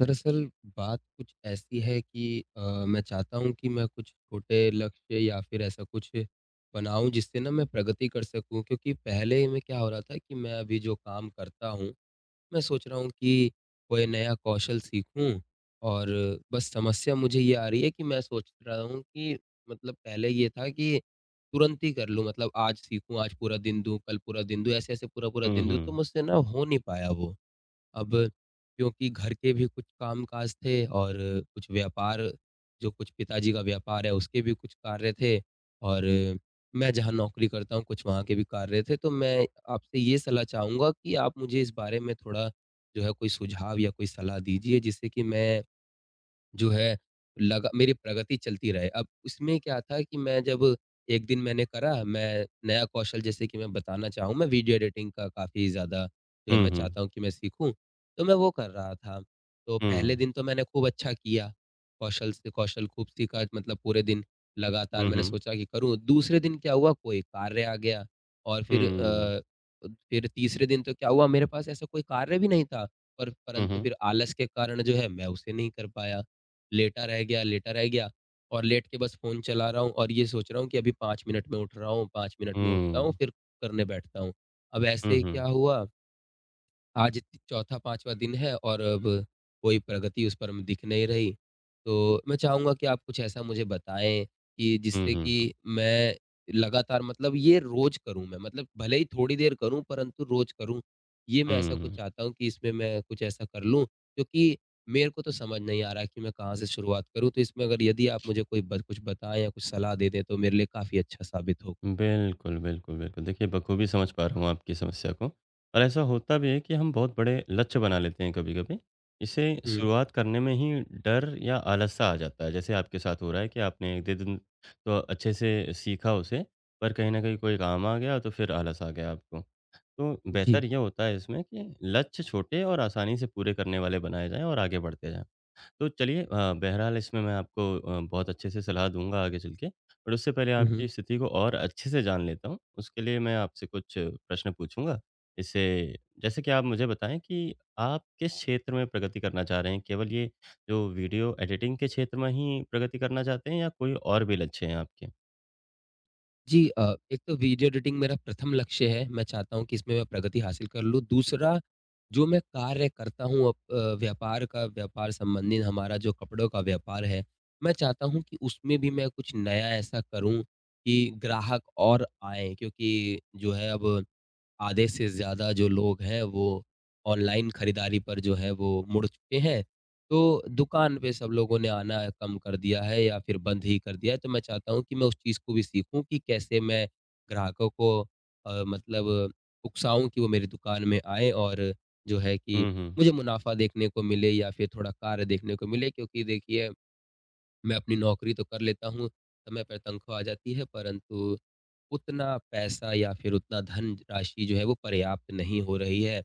दरअसल बात कुछ ऐसी है कि मैं चाहता हूँ कि मैं कुछ छोटे लक्ष्य या फिर ऐसा कुछ बनाऊँ जिससे ना मैं प्रगति कर सकूँ, क्योंकि पहले में क्या हो रहा था कि मैं अभी जो काम करता हूँ, मैं सोच रहा हूँ कि कोई नया कौशल सीखूँ और बस समस्या मुझे ये आ रही है कि मैं सोच रहा हूँ कि मतलब पहले ये था कि तुरंत ही कर लूँ, मतलब आज सीखूँ, आज पूरा दिन दूँ, कल पूरा दिन दूँ, ऐसे-ऐसे पूरा-पूरा हुँ, दिन दूँ, तो हुँ। मुझसे ना हो नहीं पाया वो। अब क्योंकि घर के भी कुछ काम-काज थे और कुछ व्यापार जो कुछ पिताजी का व्यापार है उसके भी कुछ कार्य थे और मैं जहाँ नौकरी करता हूँ कुछ वहाँ के भी कार्य थे। तो मैं आपसे ये सलाह चाहूँगा कि आप मुझे इस बारे में थोड़ा जो है कोई सुझाव या कोई सलाह दीजिए जिससे कि मैं जो है लगा मेरी प्रगति चलती रहे। अब उसमें क्या था कि मैं जब एक दिन मैंने करा, मैं नया कौशल जैसे कि मैं बताना चाहूँ, मैं वीडियो एडिटिंग का काफ़ी ज़्यादा जो है हुँ, मैं हुँ। चाहता हूँ कि मैं सीखूँ, तो मैं वो कर रहा था। तो पहले हुँ। दिन तो मैंने खूब अच्छा किया, कौशल से कौशल खूब सीखा, मतलब पूरे दिन लगातार हुँ, मैंने हुँ। सोचा कि करूँ। दूसरे दिन क्या हुआ, कोई कार्य आ गया और फिर हुँ। फिर तीसरे दिन तो क्या हुआ, मेरे पास ऐसा कोई कार्य भी नहीं था, पर हुँ, परंतु हुँ। फिर आलस के कारण जो है मैं उसे नहीं कर पाया। लेटा रह गया और लेट के बस फ़ोन चला रहा हूँ और ये सोच रहा हूँ कि अभी 5 मिनट में उठ रहा हूँ, 5 मिनट में उठता हुँ। हूँ, फिर करने बैठता हूँ। अब हुँ, ऐसे क्या हुँ। हुआ, आज चौथा-पाँचवा दिन है और अब कोई प्रगति उस पर दिख नहीं रही। तो मैं चाहूँगा कि आप कुछ ऐसा मुझे बताएँ कि हुँ, जिससे हुँ। कि मैं लगातार, मतलब ये रोज़ करूँ मैं, मतलब भले ही थोड़ी देर करूँ परंतु रोज़ करूँ। ये मैं ऐसा कुछ हुँ। चाहता हूँ कि इसमें मैं कुछ ऐसा कर लूँ, क्योंकि मेरे को तो समझ नहीं आ रहा है कि मैं कहाँ से शुरुआत करूँ। तो इसमें अगर यदि आप मुझे कोई ब कुछ बताएँ या कुछ सलाह दे दें तो मेरे लिए काफ़ी अच्छा साबित होगा। बिल्कुल, बिल्कुल, बिल्कुल। देखिए, बखूबी समझ पा रहा हूँ आपकी समस्या को और ऐसा होता भी है कि हम बहुत बड़े लक्ष्य बना लेते हैं कभी-कभी। इसे हुँ, शुरुआत करने में ही डर या आलस-सा आ जाता है। जैसे आपके साथ हो रहा है कि आपने 1 दिन तो अच्छे से सीखा उसे, पर कहीं न कहीं कोई काम आ गया, तो फिर आलस आ गया आपको। तो जी। बेहतर ये होता है इसमें कि लक्ष्य छोटे और आसानी से पूरे करने वाले बनाए जाएँ और आगे बढ़ते जाएँ। तो चलिए बहरहाल इसमें मैं आपको बहुत अच्छे से सलाह दूँगा आगे चल के। पर उससे पहले हुँ, आपकी हुँ। स्थिति को और अच्छे से जान लेता हूँ, उसके लिए मैं आपसे कुछ प्रश्न पूछूँगा। इससे जैसे कि आप मुझे बताएँ कि आप किस क्षेत्र में प्रगति करना चाह रहे हैं? केवल ये जो वीडियो एडिटिंग के क्षेत्र में ही प्रगति करना चाहते हैं या कोई और भी लक्ष्य हैं आपके? जी एक तो वीडियो एडिटिंग मेरा प्रथम लक्ष्य है। मैं चाहता हूँ कि इसमें मैं प्रगति हासिल कर लूँ। दूसरा, जो मैं कार्य करता हूँ व्यापार का व्यापार संबंधित हमारा जो कपड़ों का व्यापार है, मैं चाहता हूँ कि उसमें भी मैं कुछ नया ऐसा करूँ कि ग्राहक और आएँ। क्योंकि जो है अब आधे से ज़्यादा जो लोग हैं वो ऑनलाइन खरीदारी पर जो है वो मुड़ चुके हैं। तो दुकान पे सब लोगों ने आना कम कर दिया है या फिर बंद ही कर दिया है। तो मैं चाहता हूँ कि मैं उस चीज़ को भी सीखूँ कि कैसे मैं ग्राहकों को मतलब उकसाऊँ कि वो मेरी दुकान में आएँ और जो है कि हुँ, हुँ। मुझे मुनाफ़ा देखने को मिले या फिर थोड़ा कार्य देखने को मिले। क्योंकि देखिए मैं अपनी नौकरी तो कर लेता हूँ, समय पर तनख्वाह आ जाती है परंतु उतना पैसा या फिर उतना धन राशि जो है वो पर्याप्त नहीं हो रही है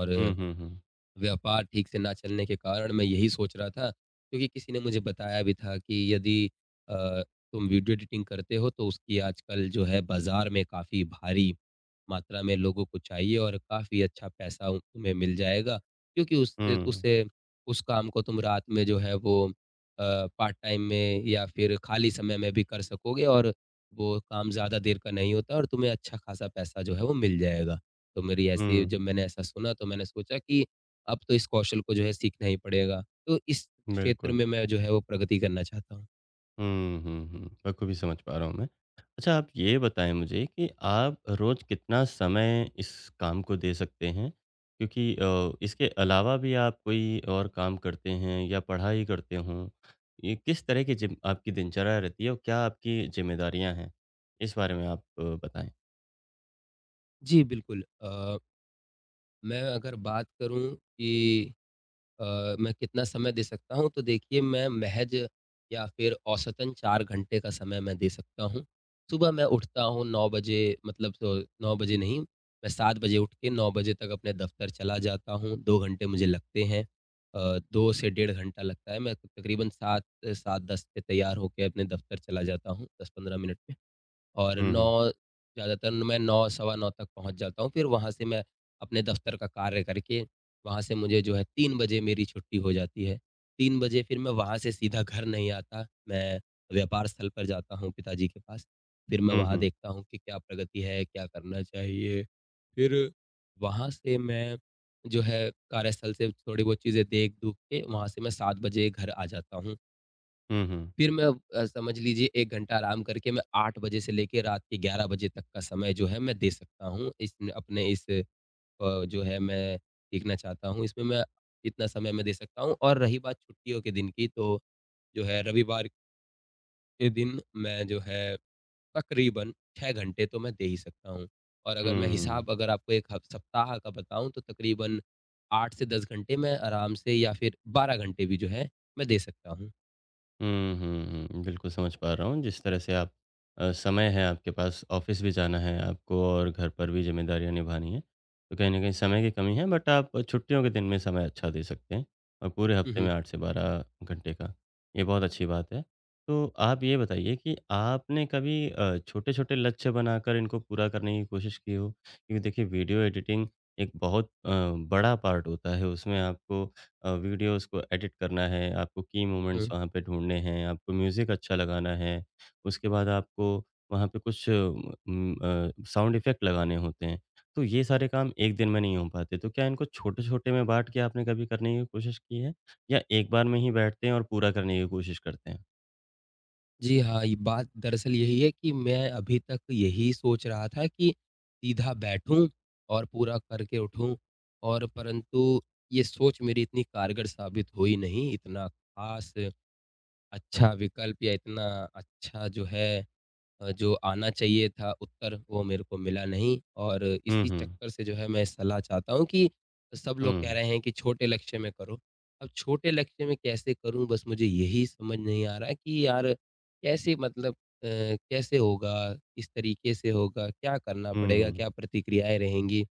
और हुँ, हुँ, हुँ। व्यापार ठीक से ना चलने के कारण मैं यही सोच रहा था, क्योंकि किसी ने मुझे बताया भी था कि यदि अ, तुम वीडियो एडिटिंग करते हो तो उसकी आजकल जो है बाज़ार में काफ़ी भारी मात्रा में लोगों को चाहिए और काफ़ी अच्छा पैसा उ तुम्हें मिल जाएगा, क्योंकि उससे हुँ, उसे उस काम को तुम रात में जो है वो पार्ट टाइम में या फिर खाली समय में भी कर सकोगे और वो काम ज़्यादा देर का नहीं होता और तुम्हें अच्छा खासा पैसा जो है वो मिल जाएगा। तो मेरी ऐसी, जब हुँ, मैंने ऐसा सुना तो मैंने सोचा कि अब तो इस कौशल को जो है सीखना ही पड़ेगा। तो इस क्षेत्र बिल्कुल। में मैं जो है वो प्रगति करना चाहता हूँ। हुँ, हुँ, हुँ। बखूबी समझ पा रहा हूँ मैं। अच्छा आप ये बताएँ मुझे कि आप रोज़ कितना समय इस काम को दे सकते हैं? क्योंकि इसके अलावा भी आप कोई और काम करते हैं या पढ़ाई करते हों, ये किस तरह की जिम आपकी दिनचर्या रहती है और क्या आपकी ज़िम्मेदारियाँ हैं? इस बारे में आप बताएँ। जी, बिल्कुल। मैं अगर बात करूँ कि मैं कितना समय दे सकता हूँ? तो देखिए मैं महज़ या फिर औसतन 4 घंटे का समय मैं दे सकता हूँ। सुबह मैं उठता हूँ 9 बजे, मतलब 9 बजे नहीं, मैं 7 बजे उठ के 9 बजे तक अपने दफ़्तर चला जाता हूँ, 2 घंटे मुझे लगते हैं। 2 से डेढ़ घंटा लगता है। मैं तकरीबन 7, 7-10 पे तैयार होके अपने दफ़्तर चला जाता हूँ, 10-15 मिनट में। और हुँ, हुँ। 9 ज़्यादातर मैं 9 सवा 9 तक पहुँच जाता हूँ, फिर वहाँ से मैं अपने दफ़्तर का कार्य करके, वहाँ से मुझे जो है 3 बजे मेरी छुट्टी हो जाती है। 3 बजे फिर मैं वहाँ से सीधा घर नहीं आता, मैं व्यापार स्थल पर जाता हूँ पिताजी के पास। फिर मैं हुँ, वहाँ हुँ। देखता हूँ कि क्या प्रगति है, क्या करना चाहिए। फिर वहाँ से मैं जो है कार्यस्थल से थोड़ी बहुत चीज़ें देख-दूख के, वहाँ से मैं 7 बजे घर आ जाता हूँ। हुँ, हुँ। फिर मैं समझ लीजिए 1 घंटा आराम करके मैं 8 बजे से लेके रात के 11 बजे तक का समय जो है मैं दे सकता हूँ। इस अपने इस जो है मैं सीखना चाहता हूँ इसमें मैं इतना समय मैं दे सकता हूँ। और रही बात छुट्टियों के दिन की, तो जो है रविवार के दिन मैं जो है तकरीबन 6 घंटे तो मैं दे ही सकता हूँ। और अगर मैं हुँ। हिसाब अगर आपको 1 हफ सप्ताह का बताऊँ तो तकरीबन 8 से 10 घंटे मैं आराम से या फिर 12 घंटे भी जो है मैं दे सकता हूँ। हुँ, हुँ, हुँ। बिल्कुल समझ पा रहा हूँ जिस तरह से आप समय है आपके पास, ऑफ़िस भी जाना है आपको और घर पर भी ज़िम्मेदारियाँ निभानी हैं। तो कहीं न कहीं समय की कमी है बट आप छुट्टियों के दिन में समय अच्छा दे सकते हैं और पूरे हुँ, हफ़्ते में हुँ। 8 से 12 घंटे का, ये बहुत अच्छी बात है। तो आप ये बताइए कि आपने कभी छोटे-छोटे लक्ष्य बनाकर इनको पूरा करने की कोशिश की हो? क्योंकि देखिए वीडियो एडिटिंग एक बहुत बड़ा पार्ट होता है उसमें आपको वीडियोज़ को एडिट करना है, आपको की मोमेंट्स हुँ। वहाँ पे ढूँढने हैं, आपको म्यूज़िक अच्छा लगाना है, उसके बाद आपको वहाँ पे कुछ साउंड इफ़ेक्ट लगाने होते हैं। तो ये सारे काम एक दिन में नहीं हो पाते, तो क्या इनको छोटे-छोटे में बाँट के आपने कभी करने की कोशिश की है? या एक बार में ही बैठते हैं और पूरा करने की कोशिश करते हैं? जी हाँ, ये बात दरअसल यही है कि मैं अभी तक यही सोच रहा था कि सीधा बैठूँ और पूरा करके उठूँ, और परंतु ये सोच मेरी इतनी कारगर साबित हुई नहीं, इतना ख़ास अच्छा विकल्प या इतना अच्छा जो है जो आना चाहिए था उत्तर वो मेरे को मिला नहीं और हुँ, इसी हुँ। चक्कर से जो है मैं सलाह चाहता हूँ कि सब लोग हुँ, कह हुँ। रहे हैं कि छोटे लक्ष्य में करो। अब छोटे लक्ष्य में कैसे करूँ बस मुझे यही समझ नहीं आ रहा है कि यार कैसे, मतलब कैसे होगा? किस तरीके से होगा? क्या करना हुँ, पड़ेगा? हुँ। क्या प्रतिक्रियाएँ रहेंगी?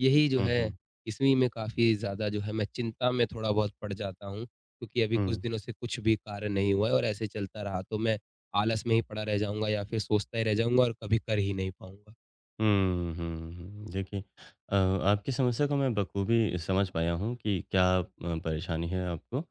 यही जो हुँ, है, हुँ। इसी में काफ़ी ज़्यादा जो है मैं चिंता में थोड़ा बहुत पड़ जाता हूँ, क्योंकि अभी कुछ हुँ। दिनों से कुछ भी कार्य नहीं हुआ है और ऐसे चलता रहा तो मैं आलस में ही पड़ा रह जाऊँगा या फिर सोचता ही रह जाऊँगा और कभी कर ही नहीं पाऊँगा। हुँ, हुँ, हुँ। देखिए आपकी समस्या को मैं बखूबी समझ पाया हूँ कि क्या परेशानी है आपको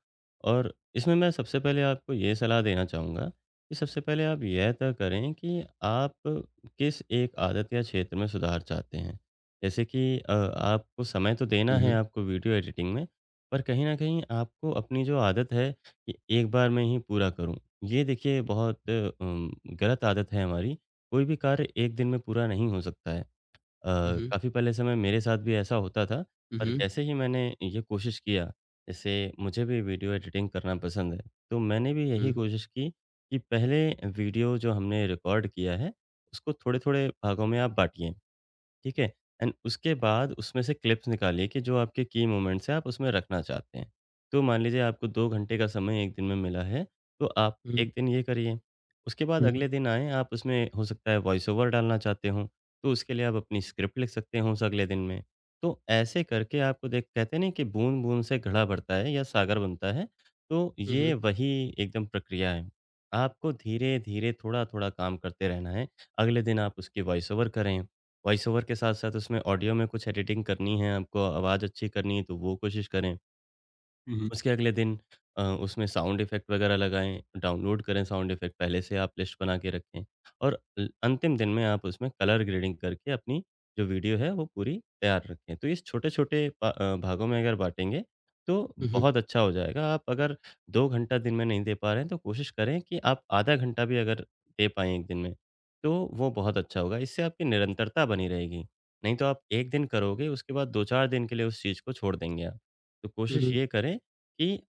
और इसमें मैं सबसे पहले आपको ये सलाह देना चाहूँगा कि सबसे पहले आप यह तय करें कि आप किस एक आदत या क्षेत्र में सुधार चाहते हैं। जैसे कि आपको समय तो देना हुँ, है हुँ। आपको वीडियो एडिटिंग में, पर कहीं न कहीं आपको अपनी जो आदत है कि एक बार में ही पूरा करूँ, ये देखिए बहुत गलत आदत है हमारी कोई भी कार्य एक दिन में पूरा नहीं हो सकता है। अ, हुँ, हुँ। काफ़ी पहले समय मेरे साथ भी ऐसा होता था हुँ, और हुँ। जैसे ही मैंने ये कोशिश किया, जैसे मुझे भी वीडियो एडिटिंग करना पसंद है, तो मैंने भी हुँ, यही कोशिश की कि पहले वीडियो जो हमने रिकॉर्ड किया है, उसको थोड़े-थोड़े भागों में आप बाँटिए। ठीक है? एंड उसके बाद उसमें से क्लिप्स निकालिए कि जो आपके की मोमेंट्स हैं, आप उसमें रखना चाहते हैं। तो मान लीजिए आपको 2 घंटे का समय 1 दिन में मिला है, तो आप हुँ। 1 दिन ये करिए। उसके बाद हुँ, हुँ। अगले दिन आएँ, आप उसमें हो सकता है वॉइस ओवर डालना चाहते हों, तो उसके लिए आप अपनी स्क्रिप्ट लिख सकते हो उस अगले दिन में। तो ऐसे करके आपको देख कहते नहीं कि बूँद-बूँद से घड़ा भरता है या सागर बनता है, तो हुँ, ये हुँ। वही एकदम प्रक्रिया है। आपको धीरे-धीरे, थोड़ा-थोड़ा काम करते रहना है। अगले दिन आप उसकी वॉइस ओवर करें। वॉइस ओवर के साथ-साथ उसमें ऑडियो में कुछ एडिटिंग करनी है, आपको आवाज़ अच्छी करनी है, तो वो कोशिश करें। उसके अगले दिन उसमें साउंड इफ़ेक्ट वगैरह लगाएँ, डाउनलोड करें साउंड इफ़ेक्ट, पहले से आप लिस्ट बना के रखें और ल अंतिम दिन में आप उसमें कलर ग्रेडिंग करके अपनी जो वीडियो है, वो पूरी तैयार रखें। तो इस छोटे-छोटे भागों में अगर बाँटेंगे, तो हुँ, हुँ। बहुत अच्छा हो जाएगा। आप अगर 2 घंटा दिन में नहीं दे पा रहे हैं, तो कोशिश करें कि आप आधा घंटा भी अगर दे पाएँ 1 दिन में, तो वो बहुत अच्छा होगा। इससे आपकी निरंतरता बनी रहेगी। नहीं तो आप 1 दिन करोगे, उसके बाद 2-4 दिन के लिए उस चीज़ को छोड़ देंगे आप। तो हुँ, कोशिश हुँ। ये करें कि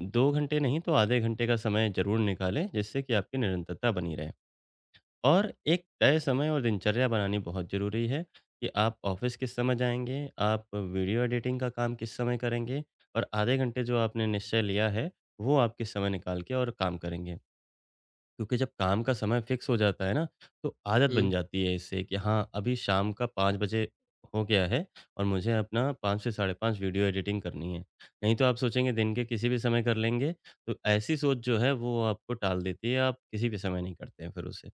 2 घंटे नहीं तो आधे घंटे का समय ज़रूर निकालें, जिससे कि आपकी निरंतरता बनी रहे। और एक तय समय और दिनचर्या बनानी बहुत ज़रूरी है कि आप ऑफ़िस किस समय जाएँगे, आप वीडियो एडिटिंग का काम किस समय करेंगे और आधे घंटे जो आपने निश्चय लिया है, वो आप किस समय निकाल के और काम करेंगे। क्योंकि जब काम का समय फिक्स हो जाता है ना, तो आदत बन जाती है इससे कि हाँ, अभी शाम का 5 बजे हो गया है और मुझे अपना 5 से साढ़े 5 वीडियो एडिटिंग करनी है। नहीं तो आप सोचेंगे दिन के किसी भी समय कर लेंगे, तो ऐसी सोच जो है वो आपको टाल देती है, आप किसी भी समय नहीं करते हैं फिर उसे।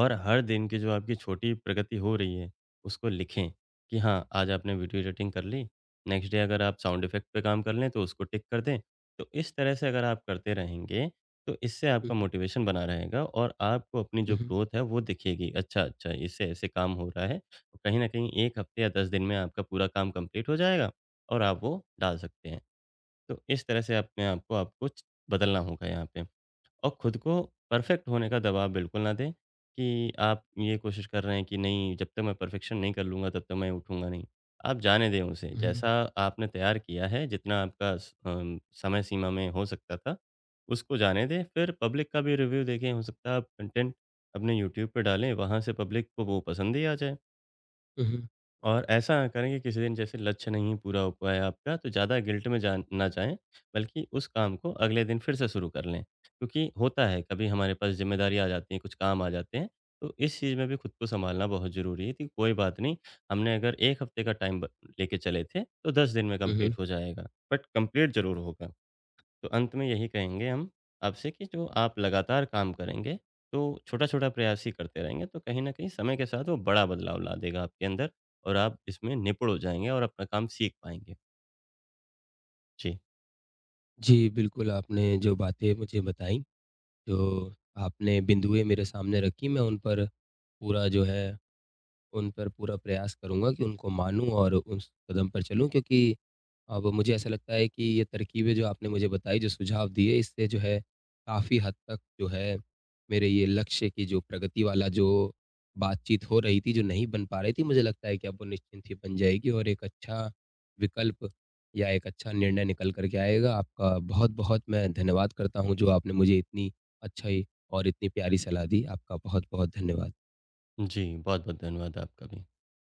और हर दिन की जो आपकी छोटी प्रगति हो रही है, उसको लिखें कि हाँ, आज आपने वीडियो एडिटिंग कर ली, नेक्स्ट डे अगर आप साउंड इफ़ेक्ट पे काम कर लें, तो उसको टिक कर दें। तो इस तरह से अगर आप करते रहेंगे, तो इससे हुँ, आपका हुँ। मोटिवेशन बना रहेगा और आपको अपनी हुँ, जो हुँ। ग्रोथ है, वो दिखेगी। अच्छा, अच्छा, इससे ऐसे काम हो रहा है। तो कहीं न कहीं 1 हफ़्ते या 10 दिन में आपका पूरा काम कंप्लीट हो जाएगा और आप वो डाल सकते हैं। तो इस तरह से अपने आप को आपको च बदलना होगा यहाँ पे। और खुद को परफेक्ट होने का दबाव बिल्कुल ना दें कि आप ये कोशिश कर रहे हैं कि नहीं जब तक मैं परफेक्शन नहीं कर लूँगा तब तक मैं उठूँगा नहीं। आप जाने दें उसे, हुँ, हुँ। जैसा आपने तैयार किया है जितना आपका समय सीमा में हो सकता था, उसको जाने दें। फिर पब्लिक का भी रिव्यू देखें, हो सकता है आप कंटेंट अपने यूट्यूब पे डालें, वहाँ से पब्लिक को वो पसंद ही आ जाए। हुँ, हुँ। और ऐसा ना करें कि किसी दिन जैसे लक्ष्य नहीं पूरा हो पाया आपका तो ज़्यादा गिल्ट में जा ना जाएँ, बल्कि उस काम को अगले दिन फिर से शुरू कर लें। क्योंकि होता है कभी हमारे पास ज़िम्मेदारी आ जाती है, कुछ काम आ जाते हैं, तो इस चीज़ में भी खुद को सँभालना बहुत ज़रूरी है कि कोई बात नहीं, हमने अगर 1 हफ़्ते का टाइम ब लेके चले थे, तो 10 दिन में हुँ, हुँ। कंप्लीट हो जाएगा, बट कंप्लीट ज़रूर होगा। तो अंत में यही कहेंगे हम आपसे कि जो आप लगातार काम करेंगे, तो छोटा-छोटा प्रयास ही करते रहेंगे, तो कहीं न कहीं समय के साथ वो बड़ा बदलाव ला देगा आपके अंदर और आप इसमें निपुण हो जाएँगे और अपना काम सीख पाएँगे। जी। जी, बिल्कुल आपने जो बातें मुझे बताईं, जो आपने बिंदुएँ मेरे सामने रखी, मैं उन पर पूरा जो है उन पर पूरा प्रयास करूँगा कि उनको मानूँ और उस कदम पर चलूँ, क्योंकि अब मुझे ऐसा लगता है कि ये तरकीबें जो आपने मुझे बताई, जो सुझाव दिए, इससे जो है काफ़ी हद तक जो है मेरे ये लक्ष्य की जो प्रगति वाला जो बातचीत हो रही थी, जो नहीं बन पा रही थी, मुझे लगता है कि अब वो निश्चिंत ही बन जाएगी और एक अच्छा विकल्प या एक अच्छा निर्णय निकल कर के आएगा। आपका बहुत-बहुत मैं धन्यवाद करता हूँ, जो आपने मुझे इतनी अच्छी और इतनी प्यारी सलाह दी। आपका बहुत-बहुत धन्यवाद। जी, बहुत-बहुत धन्यवाद आपका भी।